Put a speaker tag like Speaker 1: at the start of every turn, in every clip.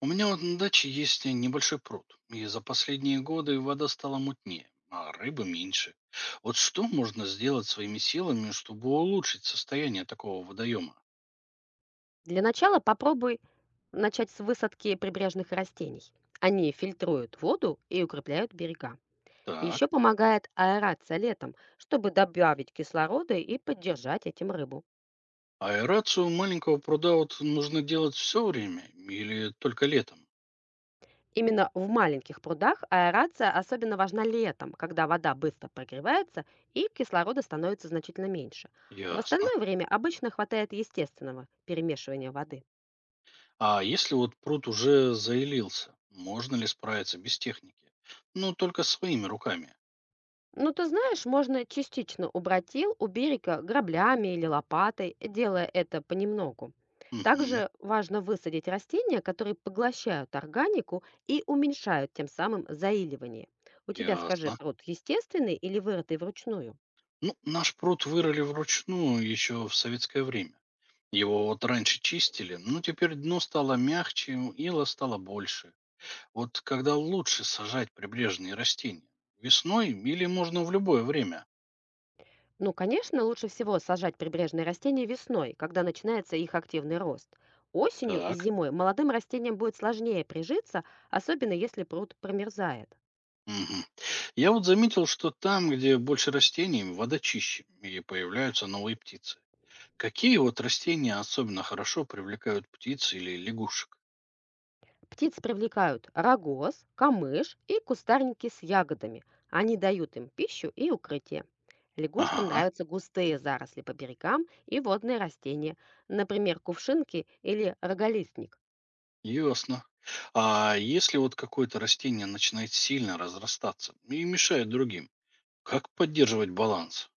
Speaker 1: У меня вот на даче есть небольшой пруд, и за последние годы вода стала мутнее, а рыбы меньше. Вот что можно сделать своими силами, чтобы улучшить состояние такого водоема?
Speaker 2: Для начала попробуй начать с высадки прибрежных растений. Они фильтруют воду и укрепляют берега. Еще
Speaker 1: Так,
Speaker 2: помогает аэрация летом, чтобы добавить кислорода и поддержать этим рыбу.
Speaker 1: аэрацию маленького пруда вот нужно делать все время или только летом?
Speaker 2: Именно в маленьких прудах аэрация особенно важна летом, когда вода быстро прогревается и кислорода становится значительно меньше. В
Speaker 1: Ясно.
Speaker 2: остальное время обычно хватает естественного перемешивания воды.
Speaker 1: А если вот пруд уже заилился, можно ли справиться без техники? Ну, только своими руками.
Speaker 2: Ну, ты знаешь, можно частично убрать ил у берега граблями или лопатой, делая это понемногу.
Speaker 1: Угу,
Speaker 2: Также важно высадить растения, которые поглощают органику и уменьшают тем самым заиливание. У тебя, скажи,
Speaker 1: ясно.
Speaker 2: пруд естественный или вырытый вручную?
Speaker 1: Ну, наш пруд вырыли вручную еще в советское время. Его вот раньше чистили, но теперь дно стало мягче, ила стало больше. Вот когда лучше сажать прибрежные растения? Весной или можно в любое время?
Speaker 2: Ну, конечно, лучше всего сажать прибрежные растения весной, когда начинается их активный рост. Осенью и
Speaker 1: Так.
Speaker 2: зимой молодым растениям будет сложнее прижиться, особенно если пруд промерзает.
Speaker 1: Мгм. Я вот заметил, что там, где больше растений, вода чище, и появляются новые птицы. Какие вот растения особенно хорошо привлекают птиц или лягушек?
Speaker 2: Птиц привлекают рогоз, камыш и кустарники с ягодами. Они дают им пищу и укрытие. Лягушкам
Speaker 1: Ага,
Speaker 2: нравятся густые заросли по берегам и водные растения, например, кувшинки или роголистник.
Speaker 1: ясно. А если вот какое-то растение начинает сильно разрастаться и мешает другим, как поддерживать баланс?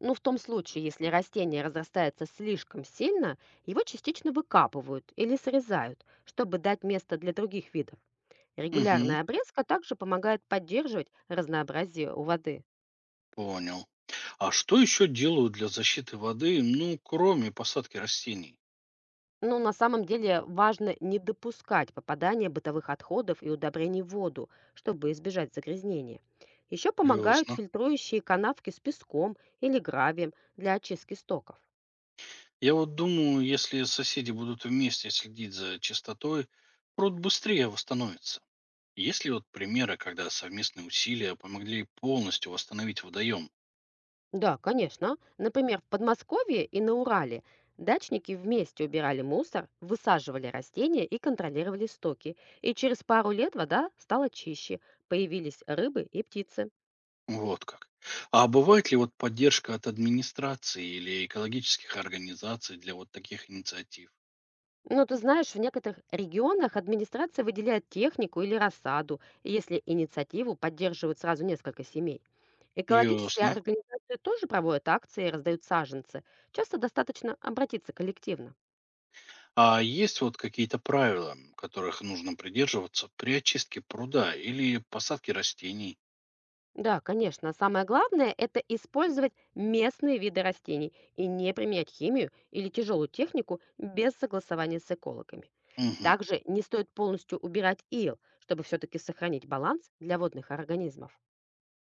Speaker 2: Но в том случае, если растение разрастается слишком сильно, его частично выкапывают или срезают, чтобы дать место для других видов.
Speaker 1: Мгм.
Speaker 2: Регулярная обрезка также помогает поддерживать разнообразие у воды.
Speaker 1: Понял. А что еще делают для защиты воды, ну, кроме посадки растений?
Speaker 2: Но на самом деле важно не допускать попадания бытовых отходов и удобрений в воду, чтобы избежать загрязнения. Еще помогают
Speaker 1: Ясно.
Speaker 2: фильтрующие канавки с песком или гравием для очистки стоков.
Speaker 1: Я вот думаю, если соседи будут вместе следить за чистотой, пруд быстрее восстановится. Есть ли вот примеры, когда совместные усилия помогли полностью восстановить водоем?
Speaker 2: Да, конечно. Например, в Подмосковье и на Урале дачники вместе убирали мусор, высаживали растения и контролировали стоки. И через пару лет вода стала чище, появились рыбы и птицы.
Speaker 1: Вот как. А бывает ли вот поддержка от администрации или экологических организаций для вот таких инициатив?
Speaker 2: Но ты знаешь, в некоторых регионах администрация выделяет технику или рассаду, если инициативу поддерживают сразу несколько семей. Экологические
Speaker 1: Ясно.
Speaker 2: организации тоже проводят акции и раздают саженцы. Часто достаточно обратиться коллективно.
Speaker 1: А есть вот какие-то правила, которых нужно придерживаться при очистке пруда или посадке растений?
Speaker 2: Да, конечно. Самое главное– это использовать местные виды растений и не применять химию или тяжелую технику без согласования с экологами.
Speaker 1: Мгм.
Speaker 2: Также не стоит полностью убирать ил, чтобы все-таки сохранить баланс для водных организмов.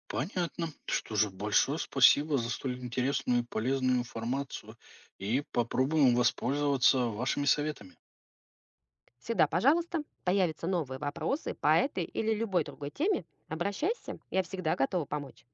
Speaker 1: Понятно. Что же, большое спасибо за столь интересную и полезную информацию. И попробуем воспользоваться вашими советами.
Speaker 2: Всегда, пожалуйста, появятся новые вопросы по этой или любой другой теме, обращайся, я всегда готова помочь.